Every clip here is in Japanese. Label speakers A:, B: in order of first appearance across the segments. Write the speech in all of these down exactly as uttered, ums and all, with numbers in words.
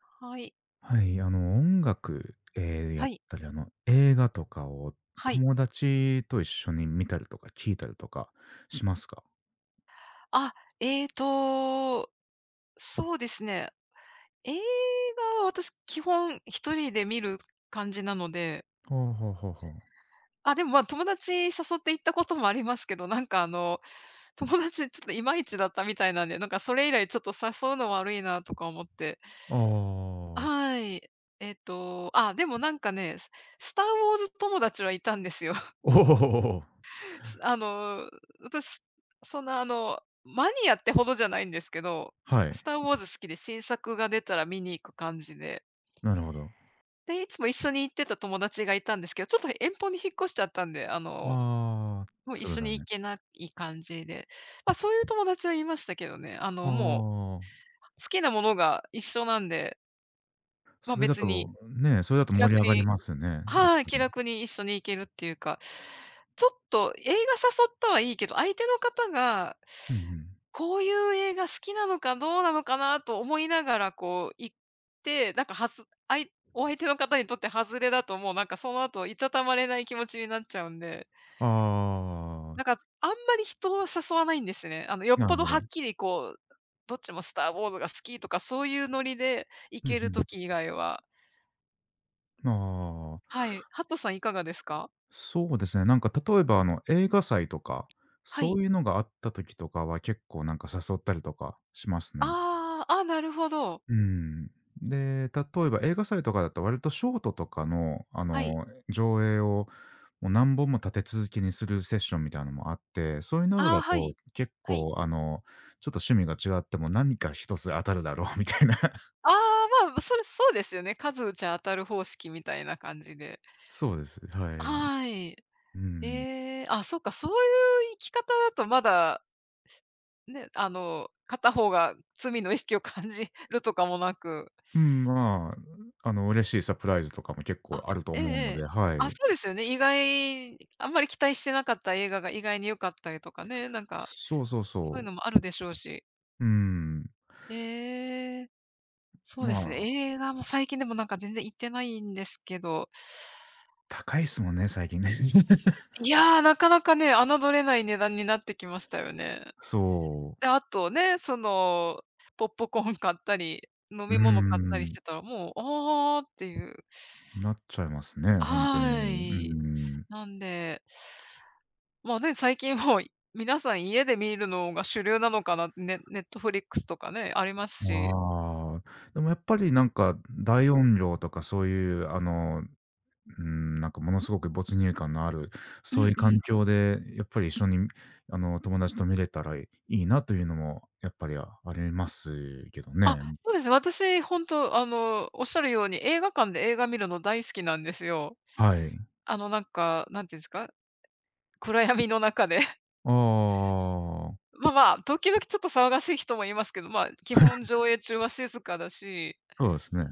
A: はい。
B: はい、あの、音楽、えーや
A: は
B: っ
A: い。
B: たり、あの、映画とかを
A: はい。
B: 友達と一緒に見たりとか聞いたりとかしますか？
A: あ、ええと、そうですね。映画は私、基本一人で見る感じなので。
B: ほうほうほうほう。
A: あ、でも、ま、友達誘って行ったこともありますけど、なんか、あの、友達ちょっといまいちだったみたいなんで、なんか、それ以来ちょっと誘うの悪いなとか思って。
B: ああ。
A: はい。えっと、あ、でも、なんかね、ススター・ウォーズ友達はいたんですよ。
B: おお。
A: すあの、私、そんなあの、マニアってほどじゃないんですけど、
B: はい、
A: スター・ウォーズ好きで新作が出たら見に行く感じで、
B: なるほど。
A: で、いつも一緒に行ってた友達がいたんですけど、ちょっと遠方に引っ越しちゃったんで、あの、
B: ああ。
A: もう
B: ち
A: 一
B: ょっと
A: 緒に
B: 残
A: 行
B: 念。
A: けない感じで、ま、そういう友達はいましたけどね、あ
B: あ
A: の、も
B: あ。
A: う好きなものが一緒なんで、ま、
B: それだ
A: 別に
B: と、ね、それだと
A: 気
B: 盛り
A: 楽
B: 上がり
A: に
B: ますね、やっ
A: はい、
B: ぱ
A: 気
B: り。
A: 楽に一緒に行けるっていうか、ちょっと映画誘ったはいいけど、相手の方が、
B: うんうん。
A: こういう映画好きなのかどうなのかなと思いながら、こう行って、なんかはずあいお相手の方にとって外れだと、もうなんかその後いたたまれない気持ちになっちゃうんで、
B: あ
A: なん
B: あ。
A: かあんまり人を誘わないんですね。あのよっ
B: なる
A: ぽど
B: ほ
A: は
B: ど。
A: っきりこう、どっちもスターウォーズが好きとかそういうノリで行
B: うんう
A: ける
B: ん。
A: とき以外は。
B: ああ。
A: はい。ハットさんいかがですか？
B: そうですね、なんか例えばあの、映画祭とか、
A: は
B: そ
A: い。
B: ういうのがあった時とかは結構なんか誘ったりとかしますね。
A: ああ、あ、なるほど。
B: うん。で、例えば映画祭とかだと割とショートとかの、あ
A: はい。
B: の、上映をもう何本も立て続けにするセッションみたいなのもあって、そういうの
A: あ
B: だ
A: あ、は
B: と
A: い。
B: 結
A: はい。
B: 構あの、ちょっと趣味が違っても何か一つ当たるだろう みたいな。
A: ああ、まあ、それ、そうですよね。数打ちゃ当たる方式みたいな感じで。
B: そうです。はい。
A: はい。
B: うん。
A: ええ、あ、そっか、そういう生き方だとまだ、ね、あの、片方が罪の意識を感じるとかもなく。
B: うん、まあ、あの、嬉しいサプライズとかも結構
A: あ、
B: あると
A: ええ
B: 思うの
A: ええ。
B: で、は
A: あ、
B: い。
A: そうですよね。意外あんまり期待してなかった映画が意外に良かったりとかね、なんか、
B: そうそう
A: そういう
B: そ
A: の
B: う。
A: もあるでしょうし。
B: うーん。
A: ええ。そうで
B: ま
A: すね。
B: あ、
A: 映画も最近でもなんか全然行ってないんですけど、
B: 高いっすもんね、最近ね。
A: いやー、なかなかね、侮れない値段になってきましたよね。
B: そう。
A: で、あとね、その、ポップコーン買ったり、飲
B: うー
A: み物買ったりし
B: ん。
A: てたら、もう、あーっていう。
B: なっちゃいますね、ほんと
A: は
B: に。う
A: い。
B: ーん。
A: なんで、まあね、最近もう皆さん家で見るのが主流なのかな、ねネットフリックスとかね、あります
B: あ
A: し。
B: あ、でもやっぱりなんか、大音量とかそういうあの、うーん、なんかものすごく没入感のある、
A: う
B: そうい
A: ん
B: う
A: う
B: 環
A: ん。
B: 境でやっぱり一緒にあの、友達と見れたらいいなというのもやっぱりあありますけど
A: あ、
B: ね。
A: そうですね。私、本当あの、おっしゃるように、映画館で映画見るの大好きなんですよ。
B: はい。
A: あの、なんか、なんていうんですか、暗闇の中で。
B: ああ、
A: まあまあ、時々ちょっと騒がしい人もいますけど、まあ、基本上映中は静かだし、
B: そうですね。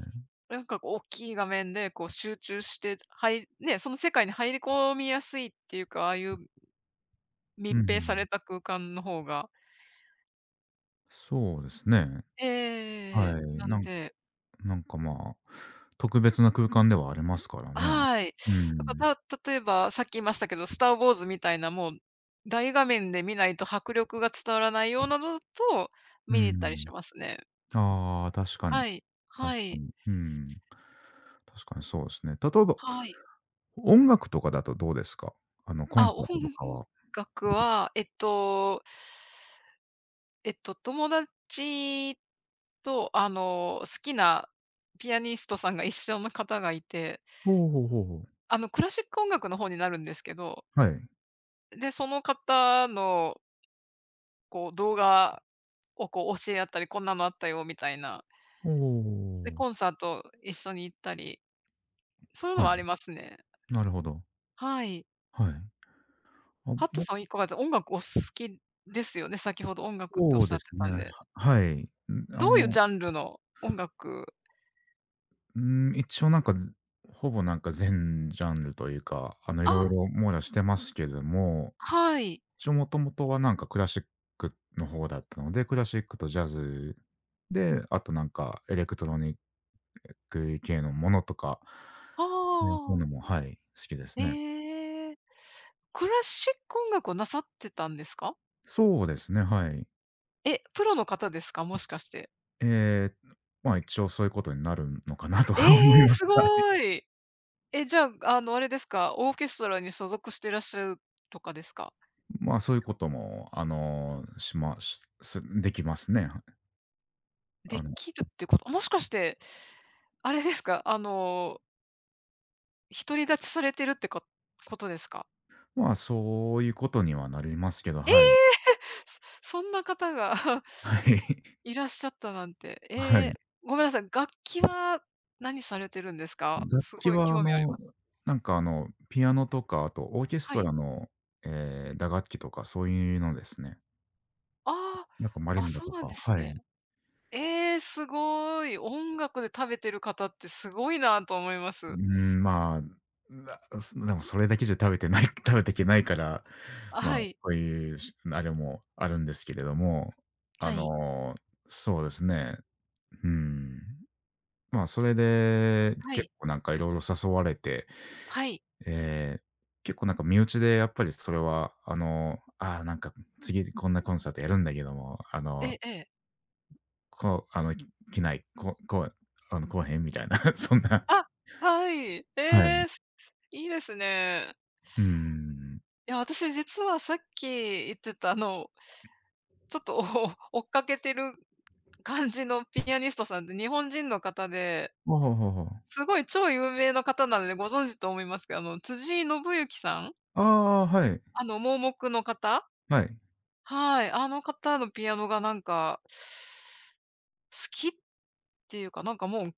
A: なんかこう、大きい画面でこう集中して、はいね、その世界に入り込みやすいっていうか、ああいう
B: うん
A: 密
B: う
A: 閉さ
B: ん。
A: れた空間の方が。
B: そうですね。
A: え
B: は
A: え。
B: い。
A: な
B: な
A: ん
B: ん、
A: で
B: なんかまあ、特別な空間ではありますからね。
A: はい。
B: う
A: だか
B: ん。
A: ら、た例えば、さっき言いましたけど、スター・ウォーズみたいな、もう大画面で見ないと迫力が伝わらないようなのだと、
B: う
A: 見に行ったりし
B: ん。
A: ますね。
B: ああ、確かに。
A: はい。
B: 確
A: は
B: か
A: い。
B: に。うん。確かにそうですね。例えば、
A: はい。
B: 音楽とかだとどうですか？あの、コン
A: あ、
B: サ
A: 音
B: ートとかは。
A: 楽は、えっと、えっと、友達と、あの、好きなピアニストさんが一緒の方がいて、
B: ほうほうほうほう。
A: あの、クラシック音楽の方になるんですけど、
B: はい。
A: で、その方の、こう、動画を、こう、教え合ったり、こんなのあったよみたいな。
B: お
A: で、
B: お。
A: コンサート一緒に行ったり、そういう
B: は
A: のはあり
B: い。
A: ますね。
B: なるほど。
A: はい。
B: はい。あ、
A: ハット
B: 僕
A: さんいかがです音楽お好きですよね、先ほど音楽ってお
B: そ
A: っ
B: う
A: し
B: で
A: ゃって
B: すね。
A: たんで。
B: はい。ん、あ
A: どういう
B: の
A: ジャンルの音楽。
B: うーん、一応なんか、ずほぼなんか全ジャンルというか、あの、いろい
A: あ、
B: ろ網羅してますけども、
A: はい。
B: 一応もともとはなんかクラシックの方だったので、クラシックとジャズで、あとなんかエレクトロニック系のものとか、ね、そういう
A: あ
B: の
A: あ
B: も、はい、好きですね。
A: ええ。クラシック音楽をなさってたんですか？
B: そうですね、はい。
A: え、プロの方ですか？もしかして。
B: ええ、ま、一応そういうことになるのかなと
A: え
B: は思い
A: え、
B: ます。
A: す
B: はい。
A: ごい。え、じゃあ、あの、あれですか、オーケストラに所属していらっしゃるとかですか？
B: まあ、そういうことも、あの、しましすできますね。あ
A: で
B: の
A: きるってこともしかして、あれですか、あの、独り立ちされてるってこことですか？
B: まあ、そういうことにはなりますけど、
A: え
B: はい。
A: え！そんな方が
B: はい。
A: いらっしゃったなんて。え
B: はい。
A: え、ごめんなさい、楽器は何されてるんですか？
B: 楽
A: す
B: 器
A: ごい
B: はあ
A: 興味あり
B: の、
A: ます。
B: なんかあの、ピアノとか、あとオーケス
A: は
B: トラ
A: い。
B: の、えー打楽器とかそういうのですね。
A: あ
B: なんかマリ
A: あ、あ、
B: ンバ
A: そう
B: と
A: なん
B: か、
A: です
B: は
A: ね。
B: い。
A: ええ、すごい。音楽で食べてる方ってすごいなと思いま
B: う
A: す。
B: ん、まあ、なすでもそれだけじゃ食べてない 食べていけないから、
A: あ、
B: まあ、
A: は
B: こ
A: い。
B: ういうしあれもあるんですけれども、あ
A: はい。
B: の、そうですね。うん。まあ、それで、
A: は
B: 結
A: い。
B: 構なんかいろいろ誘われて、
A: はい。
B: ええ、結構なんか身内でやっぱりそれは、あの、ああ、なんか次こんなコンサートやるんだけども、あ
A: え
B: の、
A: えええ。
B: こう、あの、来ない、こうこうあの、来おへん？みたいな、そんな。
A: あ、はい。え
B: はい。
A: え、すいいですね。
B: うーん。
A: いや、私実はさっき言ってた、あの、ちょっと お追っかけてる感じのピアニストさんで、日本人の方で、
B: ほうほうほうほう。
A: すごい超有名な方なのでご存知と思いますけど、あの、辻井伸行さん、
B: ああ、はい、
A: あの、盲目の方
B: はい。
A: はい、あの方のピアノがなんか、好きっていうか、なんかもう、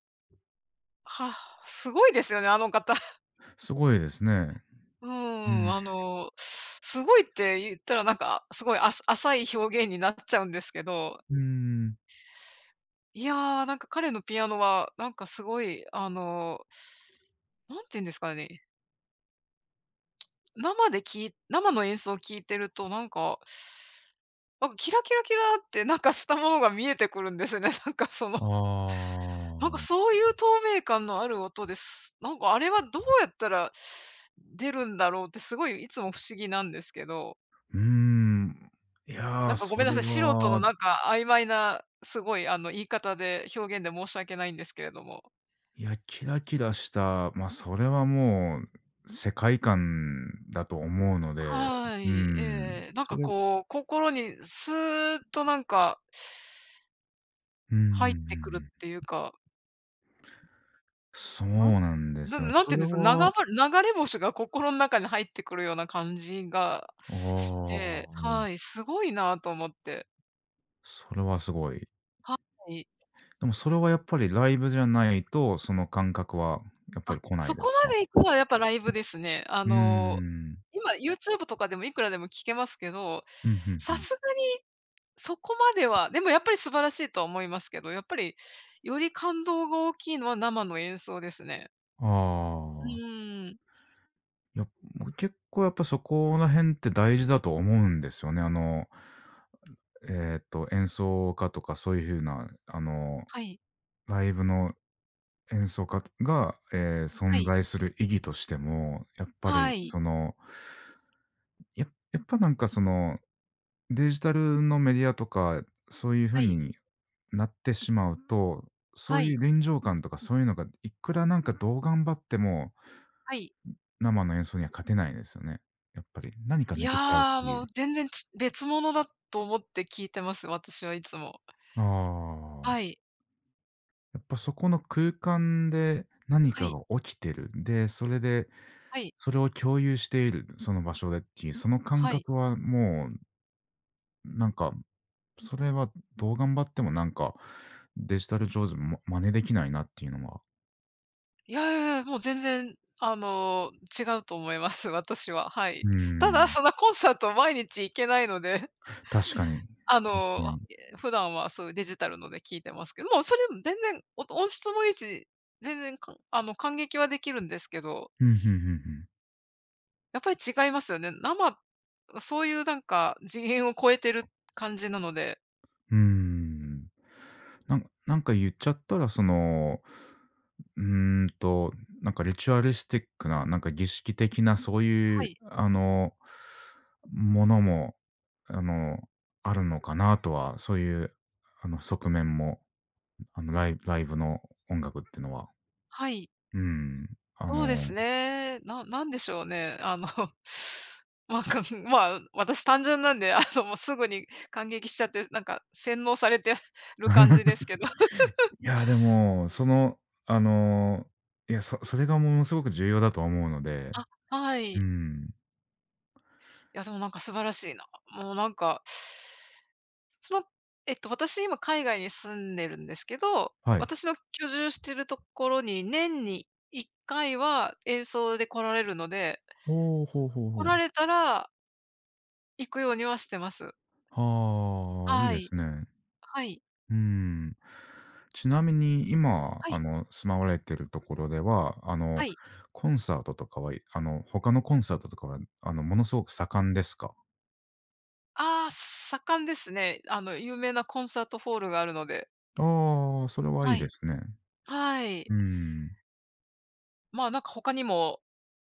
A: はすごいですよね、あの方。
B: すごいですね。
A: う
B: う
A: ん、
B: ん。
A: あの、すごいって言ったらなんか、すごい浅浅い表現になっちゃうんですけど、
B: うーん。
A: いやー、なんか彼のピアノは、なんかすごい、あのー、なんて言うんですかね、生で聞い生の演奏を聴いてると、なんか、なんかキラキラキラってなんかしたものが見えてくるんですね。なんかその、
B: あ
A: なんか
B: あ。
A: そういう透明感のある音です。なんかあれはどうやったら出るんだろうってすごいいつも不思議なんですけど、
B: うーん。いや
A: な
B: ー、
A: んかご
B: そ
A: めんな
B: れ
A: さい、素人の
B: は
A: なんか曖昧な、すごいあの言い方で表現で申し訳ないんですけれども。
B: いや、キラキラした、ま、あそれはもう世界観だと思うので、
A: は
B: う
A: い、
B: ん、
A: ええ。なん
B: そ
A: か
B: れを
A: こう、心にスーッとなんか
B: うんうんうん
A: 入っ
B: う
A: てくるっ
B: ん。
A: ていうか、
B: そうなんで
A: な
B: すよ
A: ん
B: ね。
A: ななん
B: そ
A: て言うん
B: れ
A: ですか、な
B: は
A: がば流れ星が心ん中に入ってくるような感じが
B: あ
A: し
B: あ、
A: て、はい、すごいなと思って。
B: それはすごい。
A: はい。
B: でもそれはやっぱりライブじゃないと、その感覚はやっぱ
A: あ、
B: り来ない
A: そ
B: で
A: こ
B: すか？
A: まで行くのはやっぱライブですね。あ
B: うー
A: の、
B: ん。
A: 今 YouTube とかでもいくらでも聴けますけど、
B: うんうんう
A: さ
B: ん。
A: すがにそこまでは、でもやっぱり素晴らしいとは思いますけど、やっぱり、より感動が大きいのは生の演奏ですね。う
B: ああ、
A: ーん。
B: いや、もう結構やっぱそこら辺って大事だと思うんですよね。あのえーっと、演奏家とかそういう風な、あの、
A: はい。
B: ライブの演奏家が、えー
A: は
B: 存
A: い。
B: 在する意義としても、やっぱり
A: はい。
B: その、ややっぱなんかその、デジタルのメディアとか、そういう
A: は
B: 風
A: い。
B: になってしまうと、そ
A: は
B: うい
A: い。
B: う臨場感とかそういうのが、いくらなんかどう頑張っても、
A: はい。
B: 生の演奏には勝てないですよね。やっぱり、何か
A: い
B: 抜けちゃうっ
A: や、
B: てい
A: もう
B: う。
A: 全然ち別物だと思って聞いてます、私はいつも。
B: あ
A: は
B: あ。
A: い。
B: やっぱそこの空間で何
A: は
B: か
A: い。
B: が起きてる。で、それで
A: はい。
B: それを共有している、その場所でっていう、その感
A: はい。
B: 覚はもう、なんか、それはどう頑張ってもなんか、デジタル上手ま真似できないなっていうのは、
A: いやいやいや、もう全然、あの、違うと思います、私は。は
B: う
A: い。
B: ー
A: ただ、
B: ん、
A: そんなコンサート毎日行けないので。
B: 確かに。
A: あ
B: 確か
A: の、
B: に。
A: え、普段はそういうデジタルので聞いてますけど、もうそれでも全然、音音質もいいし、全然かあの、感激はできるんですけど、
B: うん、ふんふんふん。
A: やっぱり違いますよね。生そういうなんか次元を超えてる感じなので、
B: うーん。なんなんか言っちゃったら、そのうーんと、なんかリチュアリスティックな、なんか儀式的なそう
A: は
B: いう、
A: い、
B: あの、ものも、あの、あるのかなとは、そういう、あの、側面も、あの、ライライブの音楽ってのは。
A: はい、
B: うん。あ
A: そうで
B: の、
A: すね。ななんでしょうね、あの、まあ、かまあ、私単純なんで、あの、もうすぐに感激しちゃって、なんか洗脳されてる感じです けど。
B: いや、でも、その、あの、いや、そそれがものすごく重要だとは思うので。
A: あ、は
B: う
A: い。
B: ん。
A: いや、でもなんか素晴らしいな。もうなんか、その、えっと、私今海外に住んでるんですけど、
B: はい。
A: 私の居住してるところに年にいっかいは演奏で来られるので、
B: ほお、ほうほう
A: 来
B: ほ
A: ら
B: う。
A: れたら行くようにはしてます。
B: はあ、いい
A: は
B: で
A: い。
B: すね。
A: はい。
B: うーん。ちなみに今、
A: は
B: あ
A: い。
B: の、住まわれてるところでは、あの、
A: はい。
B: コンサートとかは、あの、他のコンサートとかは、あの、ものすごく盛んですか？
A: ああ、盛んですね。あの、有名なコンサートホールがあるので。
B: ああ、それはいい
A: は
B: で
A: い。
B: すね。
A: は
B: う
A: い。
B: ーん。
A: まあ、なんか他にも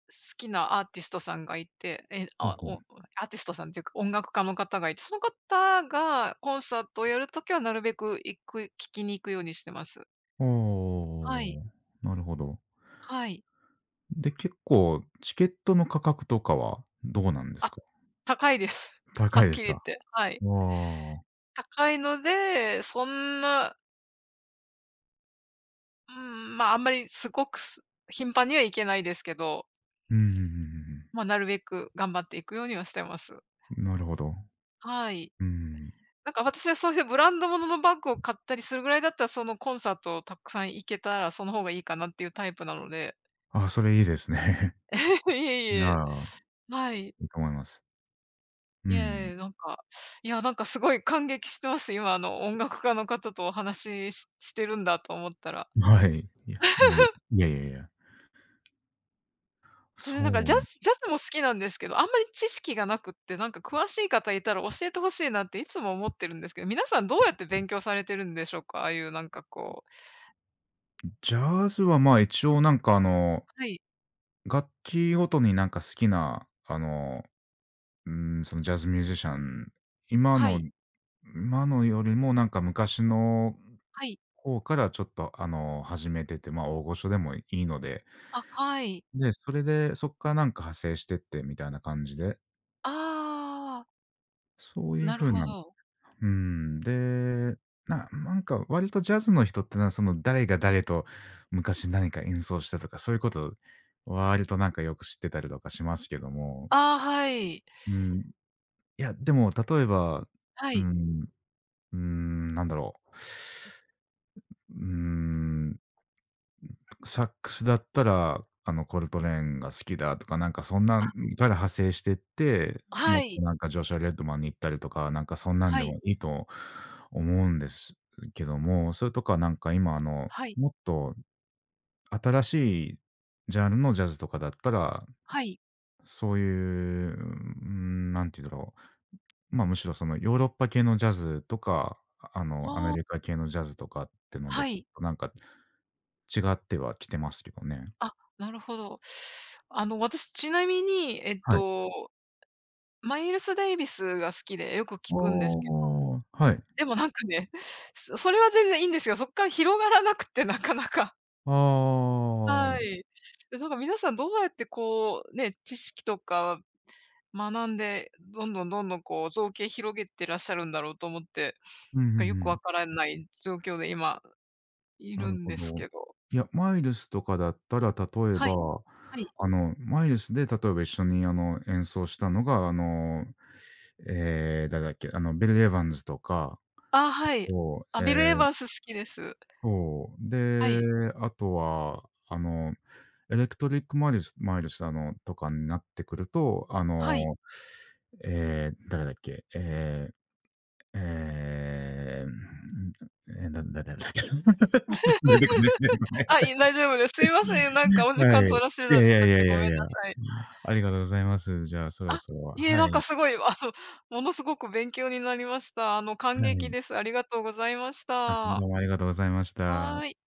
A: 好きなアーティストさんがいて、え、
B: ほう
A: あ、
B: ほう。
A: おアーティストさんっていうか、音楽家の方がいて、その方がコンサートをやるときはなるべく行く聞きに行くようにしてます。
B: あ
A: はい。
B: あ、なるほど。
A: はい。
B: で、結構チケットの価格とかはどうなんです
A: あ、
B: か？
A: 高いです。は
B: 高
A: っ
B: いです
A: きり言っ
B: か？
A: て。はい。
B: ああ。
A: 高いので、そんな、うん、まあ、あんまりすごくす頻繁には行けないですけど、
B: うんうんうんうん、
A: まあ、なるべく頑張っていくようにはしてます。
B: なるほど。
A: はい。
B: うーん。
A: なんか私はそういうブランド物ののバッグを買ったりするぐらいだったら、そのコンサートをたくさん行けたら、その方がいいかなっていうタイプなので。
B: ああ、それいいですね。
A: いえい え。
B: ああ、
A: はい。
B: いいと思います。う
A: いや
B: ん。
A: いや、なんか、いや、なんかすごい感激してます。今、あの、音楽家の方とお話しししてるんだと思ったら。
B: はい。いや、もういやいやいや。
A: 私なんか
B: そ
A: ジ
B: う、
A: ャズジャズも好きなんですけど、あんまり知識がなくって、なんか詳しい方いたら教えてほしいなっていつも思ってるんですけど、皆さんどうやって勉強されてるんでしょうか？ああいうなんかこう。
B: ジャズは、まあ、一応なんか、あの、
A: はい。
B: 楽器ごとになんか好きな、あの、うん、そのジャズミュージシャン、今
A: は
B: の
A: い。
B: 今のよりもなんか昔の
A: はい。
B: 方からちょっと、あの、始めてて、まあ、大御所でもいいので、
A: あ、はい。
B: で、それでそっからなんか派生してってみたいな感じで、
A: ああ。
B: そういう
A: なる
B: 風
A: ほ
B: な
A: ど。
B: うん、で、ななんか割とジャズの人ってのは、その誰が誰と昔何か演奏したとか、そういうこと割となんかよく知ってたりとかしますけども、
A: ああ、はい。
B: うん、いや、でも例えば、
A: は
B: う
A: い。
B: ん、うん、なんだろう。うーん、サックスだったら、あの、コルトレーンが好きだとか、なんかそんなん
A: あ、
B: から派生してって、も
A: は
B: っと
A: い。
B: なんかジョシュア・レッドマンに行ったりとか、なんかそんなん
A: は
B: で
A: い。
B: もいいと思うんですけども、それとかなんか今あの、
A: はい。
B: もっと新しいジャンルのジャズとかだったら、
A: はい。
B: そういう、うーん、なんて言うんだろう、ま、あむしろそのヨーロッパ系のジャズとか、あの、アメ
A: あ
B: リ
A: あ、
B: カ系のジャズとかってので、
A: はい。
B: なんか違ってはきてますけどね。
A: あ、なるほど。あの、私ちなみに、えっ
B: はい。
A: と、マイルス・デイビスが好きでよく
B: あ
A: 聞
B: あ、
A: くんですけど、
B: はい。
A: でもなんかね、そ それは全然いいんですよ。そっから広がらなくて、なかなか。
B: ああ、う
A: は
B: ん
A: い。で、なんか皆さんどうやってこう、ね、知識とか学んで、どんどんどんどんこう造形広げてらっしゃるんだろうと思って、
B: うん
A: なん
B: う
A: かよく
B: ん。
A: わからない状況で今い
B: な
A: る
B: る
A: ん
B: ほ
A: です
B: ど。
A: けど。
B: いや、マイルスとかだったら、例え
A: はい、
B: ば、
A: はい。
B: あの、マイルスで例えば一緒にあの、演奏したのが、あの、えー、誰だっけ、あの、ビル・エヴァンズとか
A: あ、はい。
B: を、
A: あ、
B: え
A: ビル・エヴ
B: ー
A: ァンス好きです。
B: そう、
A: は
B: で、
A: い、
B: あとは、あの、エレクトリックマイルスマイルス、あの、とかになってくると、あ
A: はい。
B: の、えー、誰だっけ、ええええ、え、なんだだちょっと出てこない出てこない。
A: あ、いえ、大丈夫です。すいません、なんかお時間
B: はい。
A: 取らせ
B: い
A: だ
B: やいやい
A: たっ
B: や
A: て
B: い
A: ごめ
B: や
A: ん
B: い
A: な
B: や。
A: さい。
B: ありがとうございます。じゃあ、そろ
A: あ、
B: そろ
A: いえ、
B: は
A: なんか
B: い、
A: すごい、あの、ものすごく勉強になりました。あの、感
B: は
A: 激
B: い。
A: です。ありがとうございまし
B: あ、ど
A: た。
B: うもありがとうございました。
A: はい。